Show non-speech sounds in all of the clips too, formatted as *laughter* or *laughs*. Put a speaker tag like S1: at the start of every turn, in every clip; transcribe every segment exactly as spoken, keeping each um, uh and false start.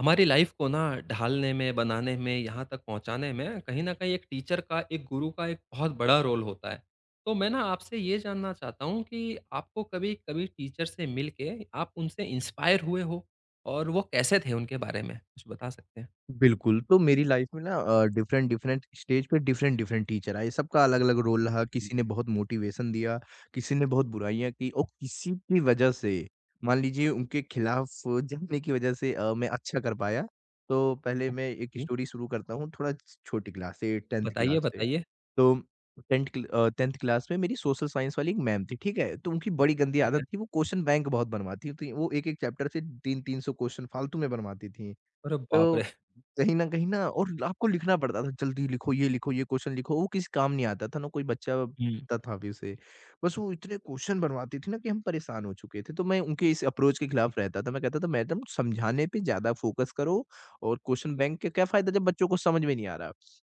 S1: हमारी लाइफ को ना ढालने में, बनाने में, यहाँ तक पहुँचाने में कहीं न कहीं एक टीचर का, एक गुरु का एक बहुत बड़ा रोल होता है। तो मैं ना आपसे ये जानना चाहता हूँ कि आपको कभी-कभी टीचर से मिल के आप उनसे इंस्पायर हुए हो? और वो कैसे थे उनके बारे में? कुछ बता सकते हैं?
S2: बिल्कुल, तो मेरी लाइफ में ना अ, डिफरेंट डिफरेंट स्टेज पे डिफरेंट डिफरेंट टीचर आए, सबका अलग-अलग रोल रहा,
S1: जी।
S2: किसी ने बहुत मोटिवेशन दिया, किसी ने बहुत बुराइयाँ की और किसी की वजह से मान लीजिए उनके खिलाफ जाने की वजह से अ, मैं अच्छा कर पाया। तो पहले मैं एक
S1: ओके,
S2: स्टोरी शुरू करता हूँ, थोड़ा छोटी क्लास से टेंथ
S1: बताइए,
S2: क्लास से।
S1: बताइए।
S2: तो टेंथ क्ल अ, टेंथ क्लास में मेरी सोशल साइंस वाली एक मैम थी, ठीक है? तो उनकी बड़ी गंदी
S1: ठीक
S2: आदत
S1: है।
S2: थी, वो क्वेश्चन बैंक बहुत बनवाती थी, वो एक-एक चैप्टर से तीन तीन सौ क्वेश्चन फालतू में बनवाती थीं।
S1: अरे बाप
S2: तो
S1: रे!
S2: कहीं न कहीं ना और आपको लिखना पड़ता था, जल्दी लिखो, ये लिखो, ये क्वेश्चन लिखो, वो किसी काम नहीं आता था, ना कोई बच्चा
S1: हुँ,
S2: ता था अभी उसे। बस वो इतने क्वेश्चन बनवाती थी ना कि हम परेशान हो चुके थे, तो मैं उनके इस अप्रोच के
S1: जी,
S2: खिलाफ रहता था। मैं कहता था, "मैडम समझाने पे ज़्यादा फ़ोकस करो और क्वेश्चन बैंक का क्या फ़ायदा जब बच्चों को समझ में नहीं आ रहा।"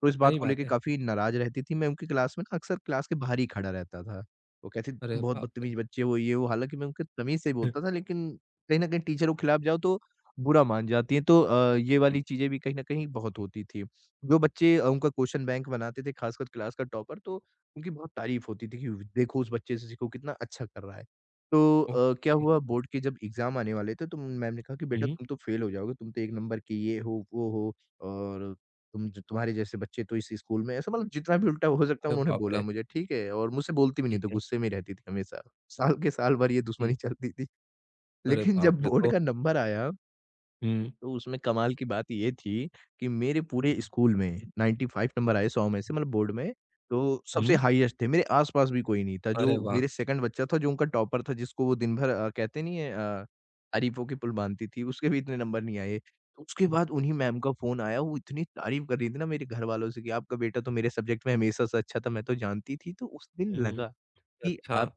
S2: तो इस बात
S1: सही
S2: को
S1: बात
S2: लेके
S1: है।
S2: काफ़ी नाराज़ रहती थी। मैं उनकी क्लास में ना अक्सर क्लास के बाहर ही खड़ा रहता था। वो कहती थी, "तुम
S1: अरे
S2: बहुत
S1: बाप रे!
S2: बदतमीज़ बच्चे हो, ये वो।" हालाँकि मैं उनके तमीज़ से ही
S1: हम्म,
S2: बोलता था लेकिन कहीं न कहीं टीचरों के खिलाफ जाओ तो बुरा मान जाती हैं, तो अ, ये
S1: जी।
S2: वाली चीज़ें भी कहीं न कहीं बहुत होती थी। जो बच्चे अ, उनका क्वेश्चन बैंक बनाते थे, खासकर क्लास का टॉपर, तो उनकी बहुत तारीफ़ होती थी कि देखो उस बच्चे से सीखो कितना अच्छा कर रहा है। तो अ, क्या
S1: ओके।
S2: हुआ बोर्ड के जब एग्ज़ाम आने वाले थे, तो मैम ने कहा कि बेटा
S1: हुँ,
S2: तुम तो फ़ेल हो जाओगे, तुम तो एक नंबर के ये हो, वो हो और तुम ज तुम्हारे जैसे बच्चे तो इस स्कूल में ऐसा मतलब जितना भी उल्टा हो सकता है
S1: अरे
S2: उन्होंने
S1: बाप
S2: बोला
S1: रे!
S2: मुझे, ठीक है? और मुझसे बोलती भी नहीं
S1: ठीक
S2: थी,
S1: है।
S2: गुस्से में ही रहती थी हमेशा। साल के साल भर ये दुश्मनी
S1: जी,
S2: चलती थी।
S1: अरे
S2: लेकिन
S1: बाप
S2: जब
S1: रे!
S2: बोर्ड
S1: तो
S2: का नंबर आया
S1: हुँ,
S2: तो उसमें कमाल की बात ये थी कि मेरे पूरे स्कूल में नाइंटी फ़ाइव नंबर आए सौ में से मतलब बोर्ड में, तो सबसे
S1: हुँ,
S2: हाईएस्ट थे। मेरे आस-पास भी कोई नहीं था, जो
S1: अरे वाह!
S2: मेरे सेकंड बच्चा था जो उनका टॉपर था जिसको वो दिन भर अ, कहते नहीं है अ, अरीफों की पुल बाँधती थी, उसके भी इतने नंबर नहीं आए। तो उसके बाद उन्हीं मैम का फ़ोन आया, वो इतनी तारीफ़ कर रही थी ना मेरे घरवालों से कि आपका बेटा तो मेरे सब्जेक्ट में हमेशा से अच्छा था, मैं तो जानती थी। तो उस दिन
S1: हुँ।
S2: लगा कि
S1: अच्छा।
S2: आप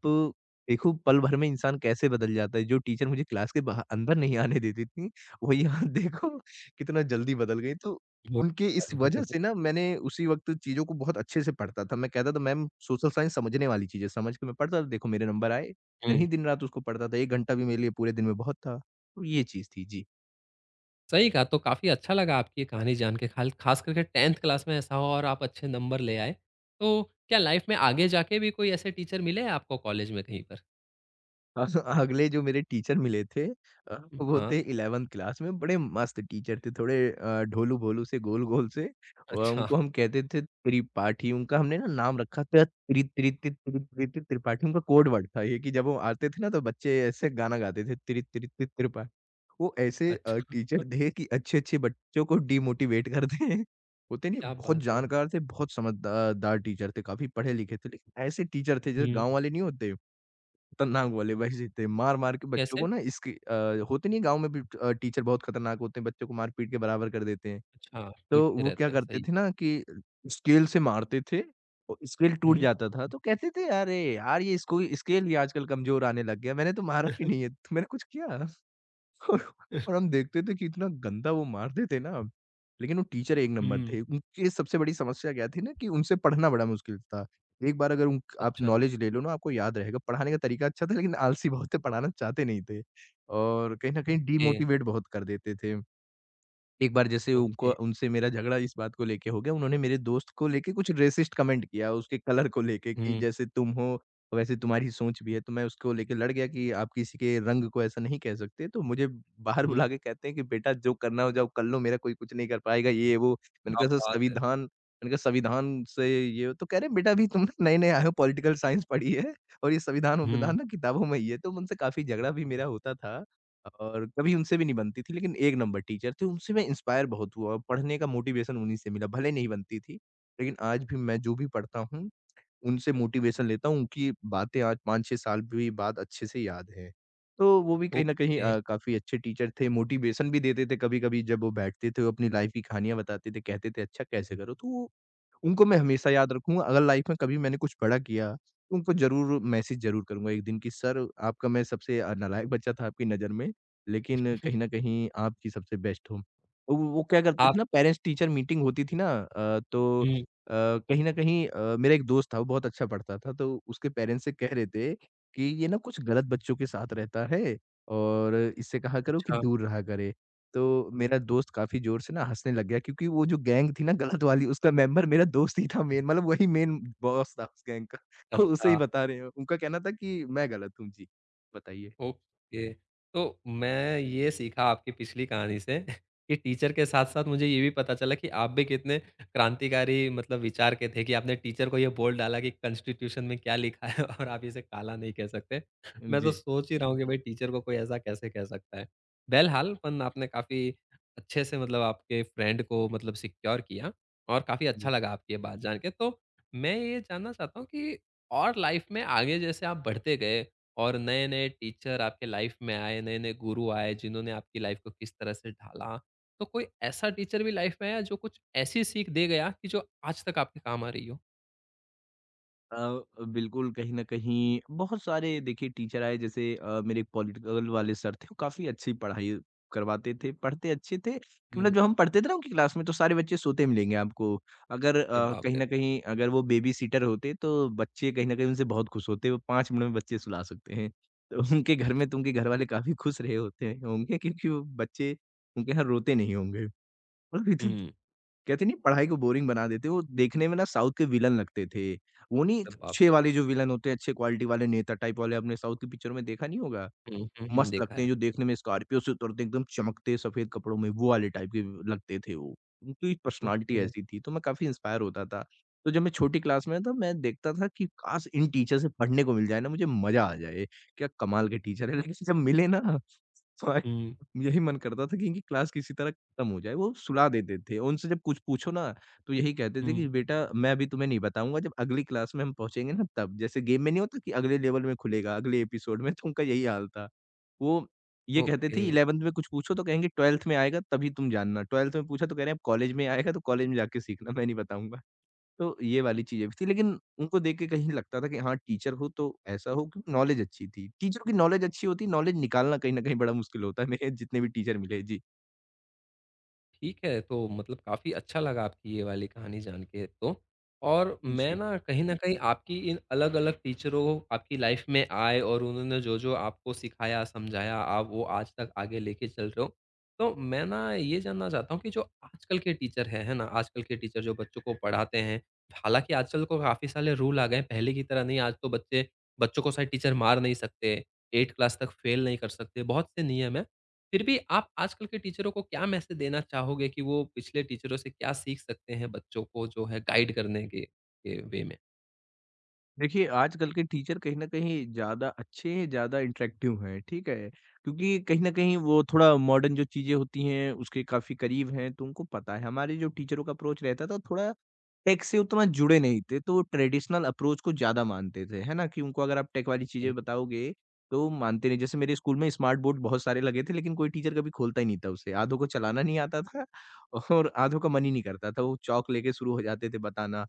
S2: देखो पल भर में इंसान कैसे बदल जाता है। जो टीचर मुझे क्लास के बाह अंदर नहीं आने देती थी, वही यहाँ *laughs* देखो कितना जल्दी बदल गई। तो
S1: बहुत
S2: उनके इस
S1: तारीफ़ों के
S2: वजह
S1: पु
S2: से ना मैंने उसी वक़्त चीज़ों को बहुत अच्छे से पढ़ता था। मैं कहता था मैम सोशल साइंस समझने वाली चीज़ है, समझ के मैं पढ़ता था। देखो मेरे नंबर आए, मैं
S1: हुँ।
S2: ही दिन-रात उसको पढ़ता था। एक घंटा भी मेरे लिए पूरे दिन में बहुत था। तो ये चीज़ थी। जी।
S1: सही कहा, तो काफ़ी अच्छा लगा आपकी ये कहानी जान के खाल ख़ास करके टेन्थ क्लास में ऐसा हुआ और आप अच्छे नंबर ले आए। तो क्या लाइफ़ में आगे जाके भी कोई ऐसे टीचर मिले हैं आपको कॉलेज में कहीं पर?
S2: अ, अगले जो मेरे टीचर मिले थे अ,
S1: हुँ।
S2: वो थे
S1: हाँ।
S2: इलेवंथ क्लास में, बड़े मस्त टीचर थे, थोड़े अ, ढोलू-भोलू से, गोल-गोल से। अ,
S1: अच्छा,
S2: उनको हम कहते थे त्रिपाठी, उनका हमने ना नाम रखा था त्रि त्रि ति त्रि त्रि ति त्रिपाठी, उनका कोड वर्ड था ये कि जब वो आते थे ना तो बच्चे ऐसे गाना गाते थे त्रि त्रि ति त्रिपा वो ऐसे अ,
S1: अच्छा।
S2: टीचर थे कि अच्छे-अच्छे बच्चों को डिमोटिवेट कर दें। होते नहीं,
S1: क्या
S2: बहुत
S1: बात है!
S2: जानकार थे, बहुत समझदार दार टीचर थे, काफ़ी पढ़े लिखे थे, लेकिन ऐसे टीचर थे जैसे
S1: हुँ।
S2: गाँव वाले नहीं होते? खतरनाक वाले वैसे थे, मार-मार के बच्चों
S1: कैसे?
S2: को ना इसके अ, होते नहीं है गाँव में भी अ, टीचर बहुत खतरनाक होते हैं, बच्चों को मार-पीट के बराबर कर देते हैं।
S1: अच्छा।
S2: तो
S1: पीटते
S2: वो क्या
S1: रहते हैं, सही
S2: करते
S1: है।
S2: थे ना कि स्केल से मारते थे, और स्केल टूट
S1: हुँ।
S2: जाता था, तो कहते थे, "अरे यार! ये स्कूल स्केल भी आजकल कमज़ोर आने लग गया, मैंने तो मारा भी
S1: हुँ।
S2: नहीं है, तुमने कुछ किया?" और और हम
S1: *laughs*
S2: देखते थे कि इतना गंदा वो मारते थे ना, लेकिन वो टीचर एक नंबर थे। उनकी सबसे बड़ी समस्या क्या थी ना कि उनसे पढ़ना बड़ा मुश्किल था। एक बार अगर उन आप
S1: अच्छा,
S2: नॉलेज ले लो ना, आपको याद रहेगा। पढ़ाने का तरीका अच्छा था लेकिन आलसी बहुत थे, पढ़ाना चाहते नहीं थे और कहीं न कहीं
S1: ओके,
S2: डिमोटिवेट बहुत कर देते थे। एक बार जैसे उनको
S1: ओके।
S2: उनसे मेरा झगड़ा इस बात को लेके हो गया, उन्होंने मेरे दोस्त को लेके कुछ रेसिस्ट कमेंट किया, उसके कलर को लेके कि
S1: हुँ,
S2: जैसे तुम हो, वैसे तुम्हारी सोच भी है। तो मैं उसको लेके लड़ गया कि आप किसी के रंग को ऐसा नहीं कह सकते। तो मुझे बाहर
S1: हुँ।
S2: बुला के कहते हैं कि बेटा जो करना हो जाओ कर लो, मेरा कोई कुछ नहीं कर पाएगा, ये वो। मैंने
S1: क्या
S2: कहा सर
S1: बात है!
S2: संविधान मैंने कहा संविधान से ये हो। तो कह रहे हैं बेटा अभी तुम *laughs* नए-नए आए हो, पॉलिटिकल साइंस पढ़ी है और ये संविधान-वंविधान
S1: हुँ।
S2: ना किताबों में ही है। तो उनसे काफ़ी झगड़ा भी मेरा होता था। और कभी उनसे भी नहीं बनती थी लेकिन एक नंबर टीचर थे, उनसे मैं इंस्पायर बहुत हुआ और पढ़ने का मोटिवेशन उन्हीं से मिला। भले नहीं बनती थी, लेकिन आज भी मैं जो भी पढ़ता हूँ, उनसे मोटिवेशन लेता हूँ, उनकी बातें आज पाँच छह साल भी बाद अच्छे से याद हैं। तो वो भी कहीं न कहीं
S1: ओके।
S2: अ, काफ़ी अच्छे टीचर थे, मोटिवेशन भी देते थे कभी-कभी जब वो बैठते थे, वो अपनी लाइफ़ की कहानियाँ बताते थे, कहते थे अच्छा कैसे करो? तो वो उनको मैं हमेशा याद रखूँगा, अगर लाइफ में कभी मैंने कुछ बड़ा किया, तो उनको ज़रूर मैसेज ज़रूर करूँगा एक दिन कि सर आपका मैं सबसे अ, नालायक बच्चा था आपकी नज़र में, लेकिन कहीं न
S1: *laughs*
S2: कहीं आप ही सबसे बेस्ट हो। वो वो क्या करते
S1: आप
S2: थे ना पेरेंट्स टीचर मीटिंग होती थी ना अ, तो अ,
S1: हुँ।
S2: कहीं न कहीं अ, मेरा एक दोस्त था वो बहुत अच्छा पढ़ता था, तो उसके पेरेंट्स से कह रहे थे कि ये ना कुछ गलत बच्चों के साथ रहता है और इससे कहा करो कि
S1: अच्छा,
S2: दूर रहा करे। तो मेरा दोस्त काफ़ी ज़ोर से ना हँसने लग गया क्योंकि वो जो गैंग थी ना गलत वाली उसका मेंबर मेरा दोस्त ही था मेन मतलब वही मेन बॉस था उस गैंग का। *laughs* तो उसे ही
S1: अच्छा।
S2: बता रहे हैं। उनका कहना था कि मैं गलत हूँ। जी, बताइए?
S1: ओके। तो मैं ये सीखा आपकी पिछली कहानी से *laughs* कि टीचर के साथ-साथ मुझे ये भी पता चला कि आप भी कितने क्रांतिकारी मतलब विचार के थे कि आपने टीचर को ये बोल डाला कि कॉन्स्टिट्यूशन में क्या लिखा है *laughs* और आप इसे काला नहीं कह सकते। मैं तो
S2: जी,
S1: सोच ही रहा हूँ कि भाई टीचर को कोई ऐसा कैसे कह सकता है। बहरहाल पण आपने काफ़ी अच्छे से मतलब आपके फ्रेंड को मतलब सिक्योर किया और काफ़ी
S2: जी।
S1: अच्छा लगा आपकी ये बात जान के। तो मैं ये जानना चाहता हूँ कि और लाइफ में आगे जैसे आप बढ़ते गए और नए-नए टीचर आपके लाइफ में आए, नए-नए गुरु आए, जिन्होंने आपकी लाइफ को किस तरह से ढाला। तो कोई ऐसा टीचर भी लाइफ में आया जो कुछ ऐसी सीख दे गया कि जो आज तक आपके काम आ रही हो?
S2: अ, बिल्कुल कहीं न कहीं बहुत सारे देखिए टीचर आए जैसे अ, मेरे एक पॉलिटिकल वाले सर थे, वो काफ़ी अच्छी पढ़ाई करवाते थे, पढ़ते अच्छे थे कि मतलब
S1: हुँ,
S2: जब हम पढ़ते थे ना उनकी क्लास में तो सारे बच्चे सोते मिलेंगे आपको। अगर
S1: अरे
S2: अ,
S1: बाप
S2: कहीं
S1: रे!
S2: न कहीं अगर वो बेबीसिटर होते तो बच्चे कहीं न कहीं उनसे बहुत खुश होते, वो पाँच मिनट में बच्चे सुला सकते हैं। तो उनके घर में तो उनके घर वाले काफ़ी खुश रहे होते होंगे क्योंकि वो बच्चे उनके यहाँ रोते नहीं होंगे।
S1: हुँ,
S2: कहते नहीं पढ़ाई को बोरिंग बना देते, वो देखने में ना साउथ के विलन लगते थे। वो नहीं
S1: अरे बाप
S2: अच्छे
S1: रे!
S2: वाले जो विलन होते हैं, अच्छे क्वालिटी वाले नेता टाइप वाले आपने साउथ की पिक्चरों में देखा नहीं होगा?
S1: हुँ, हुँ, हुँ,
S2: मस्त
S1: देखा
S2: लगते हैं
S1: है।
S2: जो देखने में स्कॉर्पियो से उतरते एकदम चमकते सफ़ेद कपड़ों में, वो वाले टाइप के लगते थे वो। उनकी पर्सनैलिटी
S1: ओके।
S2: ऐसी थी, तो मैं काफ़ी इंस्पायर होता था। तो जब मैं छोटी क्लास में था, मैं देखता था कि काश इन टीचर से पढ़ने को मिल जाए ना, मुझे मज़ा आ जाए। क्या कमाल के टीचर हैं, लेकिन जब मिले ना हाँ,
S1: हुँ,
S2: यही मन करता था कि इनकी क्लास किसी तरह खत्म हो जाए, वो सुला देते थे। और उनसे जब कुछ पूछो ना, तो यही कहते थे कि
S1: हुँ,
S2: बेटा मैं अभी तुम्हें नहीं बताऊँगा, जब अगली क्लास में हम पहुँचेंगे ना तब। जैसे गेम में नहीं होता कि अगले लेवल में खुलेगा, अगले एपिसोड में, तो उनका यही हाल था। वो ये कहते
S1: ओके।
S2: थे इलेवंथ में कुछ पूछो तो कहेंगे ट्वेल्थ में आएगा तभी तुम जानना। ट्वेल्थ में पूछा तो कह रहे हैं अब कॉलेज में आएगा तो कॉलेज में जाके सीखना, मैं नहीं बताऊँगा। तो ये वाली चीज़ें भी थी, लेकिन उनको देख के कहीं लगता था कि हाँ, टीचर हो तो ऐसा हो कि नॉलेज अच्छी थी। टीचरों की नॉलेज अच्छी होती है, नॉलेज निकालना कहीं न कहीं बड़ा मुश्किल होता है, *laughs* मेरे जितने भी टीचर मिले। जी।
S1: ठीक है, तो मतलब काफ़ी अच्छा लगा आपकी ये वाली कहानी जान के तो। और मैं
S2: जी
S1: ना कहीं न जी। कहीं आपकी इन अलग-अलग टीचरों आपकी लाइफ़ में आए और उन्होंने जो-जो आपको सिखाया, समझाया, आप वो आज तक आगे लेके चल रहे हो। तो मैं ना ये जानना चाहता हूँ कि जो आजकल के टीचर हैं, है ना? आजकल के टीचर जो बच्चों को पढ़ाते हैं, हालाँकि आजकल को काफ़ी सारे रूल आ गए हैं, पहले की तरह नहीं आज तो बच्चे बच्चों को शायद टीचर मार नहीं सकते, आठ क्लास तक फ़ेल नहीं कर सकते, बहुत से नियम हैं। फिर भी आप आजकल के टीचरों को क्या मैसेज देना चाहोगे कि वो पिछले टीचरों से क्या सीख सकते हैं बच्चों को जो है गाइड करने के, के वे में?
S2: देखिए, आजकल के टीचर कहीं न कहीं ज़्यादा अच्छे हैं, ज़्यादा इंटरैक्टिव हैं, ठीक है? क्योंकि कहीं न कहीं वो थोड़ा मॉडर्न जो चीज़ें होती हैं, उसके काफ़ी करीब हैं, तो उनको पता है। हमारे जो टीचरों का अप्रोच रहता था, वो थोड़ा टेक से उतना जुड़े नहीं थे, तो ट्रेडिशनल अप्रोच को ज़्यादा मानते थे, है ना? कि उनको अगर आप टेक वाली
S1: ओके।
S2: चीज़ें बताओगे, तो वो मानते नहीं। जैसे मेरे स्कूल में स्मार्ट बोर्ड बहुत सारे लगे थे, लेकिन कोई टीचर कभी खोलता ही नहीं था उसे। आधों को चलाना नहीं आता था और आधों का मन ही नहीं करता था। वो चॉक लेके शुरू हो जाते थे बताना,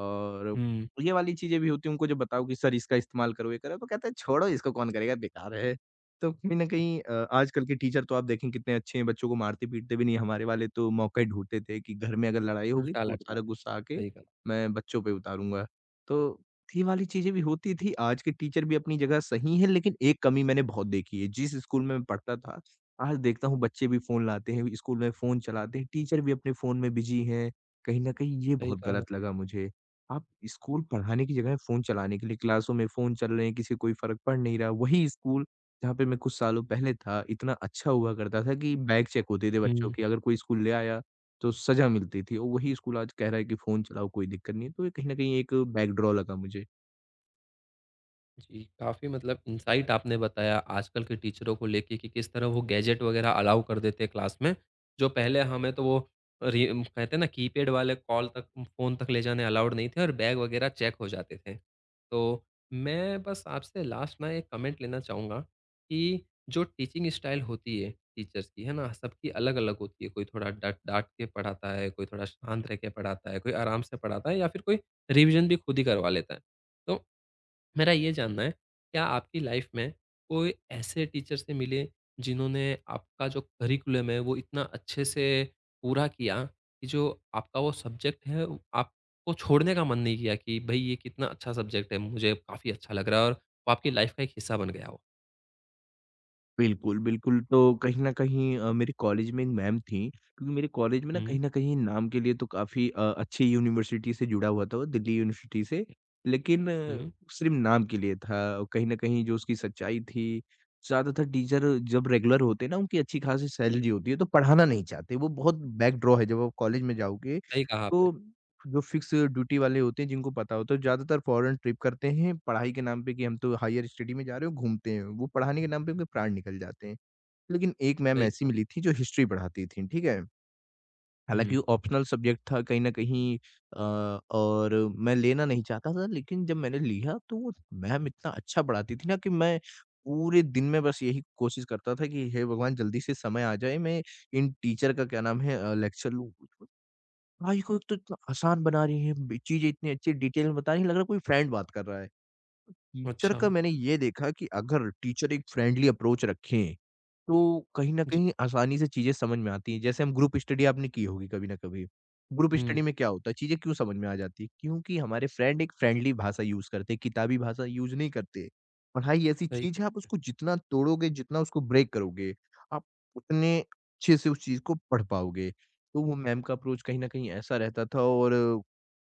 S2: और
S1: हुँ।
S2: ये वाली चीज़ें भी होती हैं। उनको जब बताओ कि सर इसका इस्तेमाल करो, ये करो, तो कहते हैं छोड़ो इसको, कौन करेगा, बेकार है। तो कहीं न कहीं अ, आजकल के टीचर तो आप देखें कितने अच्छे हैं, बच्चों को मारते-पीटते भी नहीं हैं। हमारे वाले तो मौका ही ढूँढते थे कि घर में अगर लड़ाई होगी
S1: उल्टा
S2: तो वो
S1: लटका
S2: सारा
S1: देता
S2: गुस्सा
S1: है।
S2: आके
S1: सही कहा,
S2: मैं बच्चों पे उतारूँगा। तो ये वाली चीज़ें भी होती थी। आज के टीचर भी अपनी जगह सही हैं, लेकिन एक कमी मैंने बहुत देखी है। जिस स्कूल में मैं पढ़ता था, आज देखता हूँ बच्चे भी फ़ोन लाते हैं, स्कूल में फ़ोन चलाते हैं, टीचर भी अपने फ़ोन में बिज़ी हैं। कहीं न कहीं ये
S1: सही
S2: बहुत
S1: कहा।
S2: गलत लगा मुझे। आप स्कूल पढ़ाने की जगह फ़ोन चलाने के लिए क्लासों में फ़ोन चल रहे हैं, किसी को कोई फ़र्क पड़ नहीं रहा। वही स्कूल जहाँ पे मैं कुछ सालों पहले था, इतना अच्छा हुआ करता था कि बैग चेक होते थे बच्चों
S1: हम्म
S2: के, अगर कोई स्कूल ले आया तो सज़ा मिलती थी, और वही स्कूल आज कह रहा है कि फ़ोन चलाओ कोई दिक्कत नहीं है। तो ये कहीं न कहीं एक बैकड्रॉ लगा मुझे।
S1: जी, काफ़ी मतलब इनसाइट आपने बताया आजकल के टीचरों को लेके कि किस तरह वो गैजेट वगैरह अलाउ कर देते हैं क्लास में, जो पहले हमें तो वो रि कहते हैं ना कीपैड वाले कॉल तक फ़ोन तक ले जाने अलाउड नहीं थे और बैग वगैरह चेक हो जाते थे। तो मैं बस आपसे लास्ट ना एक कमेंट लेना चाहूँगा कि जो टीचिंग स्टाइल होती है टीचर्स की, है ना? सबकी अलग-अलग होती है, कोई थोड़ा डट डाँट के पढ़ाता है, कोई थोड़ा शांत रह के पढ़ाता है, कोई आराम से पढ़ाता है या फिर कोई रिवीजन भी खुद ही करवा लेता है। तो मेरा ये जानना है, क्या आपकी लाइफ में कोई ऐसे टीचर से मिले, जिन्होंने आपका जो करिकुलम है, वो इतना अच्छे से पूरा किया कि जो आपका वो सब्जेक्ट है, वो आपको छोड़ने का मन नहीं किया कि भई ये कितना अच्छा सब्जेक्ट है, मुझे काफ़ी अच्छा लग रहा है और वो आपकी लाइफ का एक हिस्सा बन गया हो?
S2: बिल्कुल, बिल्कुल। तो कहीं न कहीं अ, मेरे कॉलेज में एक मैम थीं। क्योंकि मेरे कॉलेज में ना,
S1: हुँ,
S2: कहीं न कहीं नाम के लिए तो काफ़ी अ, अच्छी यूनिवर्सिटी से जुड़ा हुआ था वो, दिल्ली यूनिवर्सिटी से। लेकिन
S1: हुँ,
S2: सिर्फ़ नाम के लिए था, और कहीं न कहीं जो उसकी सच्चाई थी, ज़्यादातर टीचर जब रेगुलर होते हैं ना, उनकी अच्छी खासी सैलरी होती है, तो पढ़ाना नहीं चाहते। वो बहुत बैकडोर है, जब आप कॉलेज में जाओगे,
S1: सही कहा आपने,
S2: तो जो फिक्स ड्यूटी वाले होते हैं जिनको पता होता है, तो ज़्यादातर फॉरेन ट्रिप करते हैं पढ़ाई के नाम पे कि हम तो हायर स्टडी में जा रहे हो, घूमते हैं वो पढ़ाने के नाम पे, उनके प्राण निकल जाते हैं। लेकिन एक मैम
S1: सही
S2: ऐसी
S1: कहा।
S2: मिली थी जो हिस्ट्री पढ़ाती थी, ठीक है। हालांकि
S1: हुँ,
S2: वो ऑप्शनल सब्जेक्ट था कहीं ना कहीं, अ, और मैं लेना नहीं चाहता था, लेकिन जब मैंने लिया तो वो मैम इतना अच्छा पढ़ाती थी ना कि मैं पूरे दिन में बस यही कोशिश करता था कि हे भगवान, जल्दी से समय आ जाए मैं इन टीचर का क्या नाम है लेक्चर लूँ। पढ़ाई को एक तो इतना आसान बना रही है, बी चीज़ें इतनी अच्छी डिटेल में बता रही है, लग रहा है कोई फ्रेंड बात कर रहा है। टीचर
S1: अच्छा,
S2: का मैंने ये देखा कि अगर टीचर एक फ्रेंडली अप्रोच रखें, तो कहीं न
S1: जी,
S2: कहीं आसानी से चीज़ें समझ में आती हैं। जैसे हम, ग्रुप स्टडी आपने की होगी कभी ना कभी। ग्रुप स्टडी
S1: हुँ,
S2: में क्या होता है, चीज़ें क्यों समझ में आ जाती हैं? क्योंकि हमारे फ्रेंड एक फ्रेंडली भाषा यूज़ करते हैं, किताबी भाषा यूज़ नहीं करते। पढ़ाई ऐसी
S1: सही
S2: चीज़ है, आप उसको जितना तोड़ोगे, जितना उसको ब्रेक करोगे, आप उतने अच्छे से उस चीज़ को पढ़ पाओगे। तो वो मैम का अप्रोच कहीं न कहीं ऐसा रहता था, और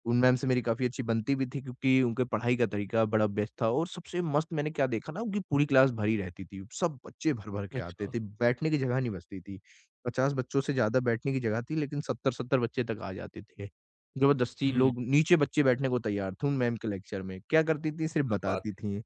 S2: उन मैम से मेरी काफ़ी अच्छी बनती भी थी क्योंकि उनके पढ़ाई का तरीका बड़ा बेस्ट था। और सबसे मस्त मैंने क्या देखा ना, उनकी पूरी क्लास भरी रहती थी। सब बच्चे भर-भर के आते
S1: अच्छा,
S2: थे, बैठने की जगह नहीं बचती थी। पचास बच्चों से ज़्यादा बैठने की जगह थी, लेकिन सत्तर सत्तर बच्चे तक आ जाते थे। ज़बरदस्ती
S1: हुँ,
S2: लोग, नीचे बच्चे बैठने को तैयार थे उन मैम के लेक्चर में। क्या करती थी, सिर्फ़
S1: क्या
S2: बताती
S1: बात
S2: थीं।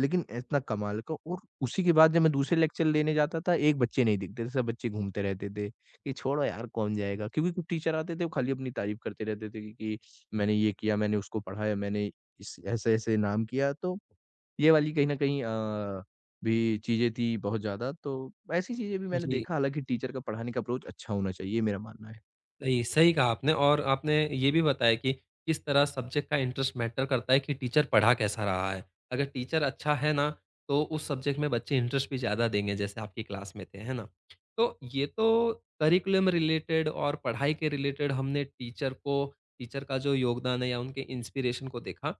S2: लेकिन इतना कमाल का। और उसी के बाद जब मैं दूसरे लेक्चर लेने जाता था, एक बच्चे नहीं दिखते थे, सब बच्चे घूमते रहते थे। कि छोड़ो यार, कौन जाएगा? क्योंकि कुछ टीचर आते थे वो खाली अपनी तारीफ़ करते रहते थे कि कि मैंने ये किया, मैंने उसको पढ़ाया, मैंने इस ऐसे-ऐसे नाम किया। तो ये वाली कहीं न कहीं अ, भी चीज़ें थी बहुत ज़्यादा। तो ऐसी चीज़ें भी
S1: है।
S2: मैंने
S1: जी।
S2: देखा। हालाँकि टीचर का पढ़ाने का अप्रोच अच्छा होना चाहिए, ये मेरा मानना है।
S1: नहीं, सही कहा आपने और आपने ये भी बताया कि किस तरह सब्जेक्ट का इंटरेस्ट मैटर करता है कि टीचर पढ़ा कैसा रहा है। अगर टीचर अच्छा है ना, तो उस सब्जेक्ट में बच्चे इंटरेस्ट भी ज़्यादा देंगे जैसे आपकी क्लास में थे, है ना? तो ये तो करिकुलम रिलेटेड और पढ़ाई के रिलेटेड हमने टीचर को टीचर का जो योगदान है या उनके इंस्पिरेशन को देखा।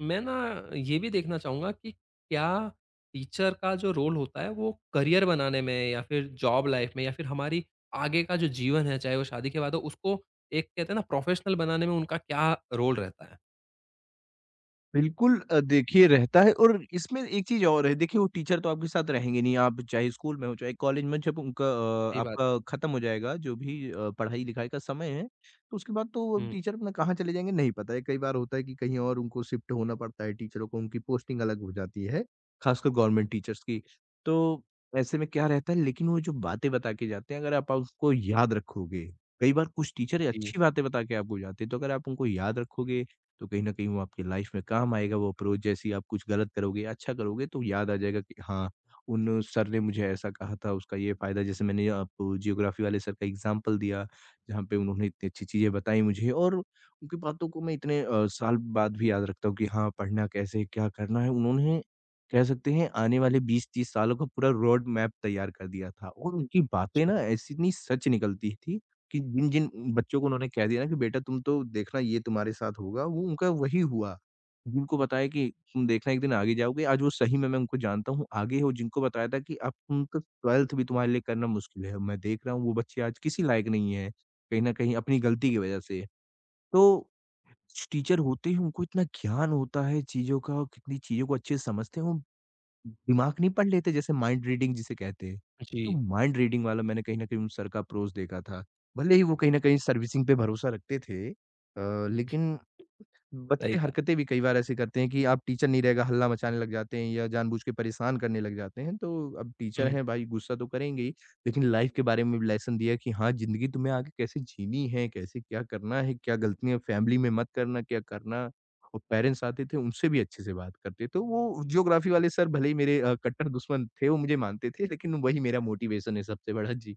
S1: मैं ना ये भी देखना चाहूँगा कि क्या टीचर का जो रोल होता है वो करियर बनाने में या फिर जॉब लाइफ़ में या फिर हमारी आगे का जो जीवन है, चाहे वो शादी के बाद हो, उसको एक कहते हैं ना प्रोफ़ेशनल बनाने में उनका क्या रोल रहता है।
S2: बिल्कुल, अ, देखिए रहता है, और इसमें एक चीज़ और है। देखिए वो टीचर तो आपके साथ रहेंगे नहीं, आप चाहे स्कूल में हो चाहे कॉलेज में, जब उनका अ,
S1: सही बात है।
S2: आपका ख़त्म हो जाएगा जो भी अ, पढ़ाई-लिखाई का समय है, तो उसके बाद तो वो
S1: हुँ,
S2: टीचर अपना कहाँ चले जाएँगे नहीं पता है। कई बार होता है कि कहीं और उनको शिफ्ट होना पड़ता है टीचरों को, उनकी पोस्टिंग अलग हो जाती है, ख़ासकर गवर्नमेंट टीचर्स की। तो ऐसे में क्या रहता है, लेकिन वो जो बातें बता के जाते हैं, अगर आप उसको याद रखोगे, कई बार कुछ टीचर
S1: जी।
S2: अच्छी बातें बता के आपको जाते हैं, तो अगर आप उनको याद रखोगे तो कहीं न कहीं वो आपकी लाइफ़ में काम आएगा वो अप्रोच। जैसे ही आप कुछ गलत करोगे, या अच्छा करोगे, तो याद आ जाएगा कि हाँ, उन सर ने मुझे ऐसा कहा था, उसका ये फ़ायदा। जैसे मैंने आपको जियोग्राफ़ी वाले सर का एग्ज़ाम्पल दिया, जहाँ पे उन्होंने इतनी अच्छी चीज़ें बताई मुझे, और उनकी बातों को मैं इतने अ, साल बाद भी याद रखता हूँ कि हाँ, पढ़ना कैसे है, क्या करना है। उन्होंने, कह सकते हैं, आने वाले बीस तीस सालों का पूरा रोड मैप तैयार कर दिया था, और उनकी बातें
S1: अच्छा।
S2: ना ऐसी इतनी सच निकलती थी कि जिन-जिन बच्चों को उन्होंने कह दिया ना कि बेटा तुम तो देखना ये तुम्हारे साथ होगा, वो उनका वही हुआ। जिनको बताया कि तुम देखना एक दिन आगे जाओगे, आज वो सही में, मैं उनको जानता हूँ, आगे हो। जिनको बताया था कि अब तुम तो बारहवीं भी तुम्हारे लिए करना मुश्किल है, मैं देख रहा हूँ वो बच्चे आज किसी लायक नहीं है, कहीं न कहीं अपनी गलती की वजह से। तो टीचर होते ही उनको इतना ज्ञान होता है चीज़ों का, और कितनी चीज़ों को अच्छे से समझते हैं, वो दिमाग नहीं पढ़ लेते, जैसे माइंड रीडिंग जिसे कहते हैं। तो
S1: जी,
S2: माइंड रीडिंग वाला मैंने कहीं न कहीं उन सर का अप्रोच देखा था। भले ही वो कहीं न कहीं सर्विसिंग पे भरोसा रखते थे, अ, लेकिन
S1: सही
S2: बच्चे
S1: कहा।
S2: हरकतें भी कई बार ऐसे करते हैं कि अब टीचर नहीं रहेगा, हल्ला मचाने लग जाते हैं या जानबूझ के परेशान करने लग जाते हैं। तो अब टीचर
S1: हुँ।
S2: हैं भाई, गुस्सा तो करेंगे ही, लेकिन लाइफ के बारे में भी लेसन दिया कि हाँ, ज़िंदगी तुम्हें आगे कैसे जीनी है, कैसे क्या करना है, क्या गलतियाँ फैमिली में मत करना, क्या करना। और पेरेंट्स आते थे उनसे भी अच्छे से बात करते। तो वो ज्योग्राफी वाले सर भले ही मेरे अ, कट्टर दुश्मन थे, वो मुझे मानते थे, लेकिन वही मेरा मोटिवेशन है सबसे बड़ा। जी।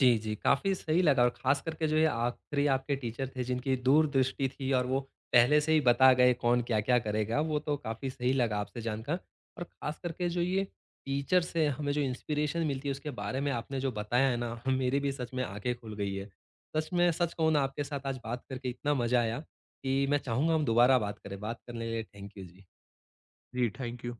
S1: जी, जी, काफ़ी सही लगा और ख़ास करके जो ये आखिरी आपके टीचर थे जिनकी दूरदृष्टि थी और वो पहले से ही बता गए कौन क्या-क्या करेगा, वो तो काफ़ी सही लगा आपसे जानकर। और ख़ास करके जो ये टीचर से हमें जो इंस्पिरेशन मिलती है उसके बारे में आपने जो बताया है ना, *laughs* मेरी भी सच में आँखें खुल गई है। सच में सच कहूँ ना आपके साथ आज बात करके इतना मज़ा आया कि मैं चाहूँगा हम दोबारा बात करें। बात करने के लिए थैंक यू जी।
S2: जी, थैंक यू।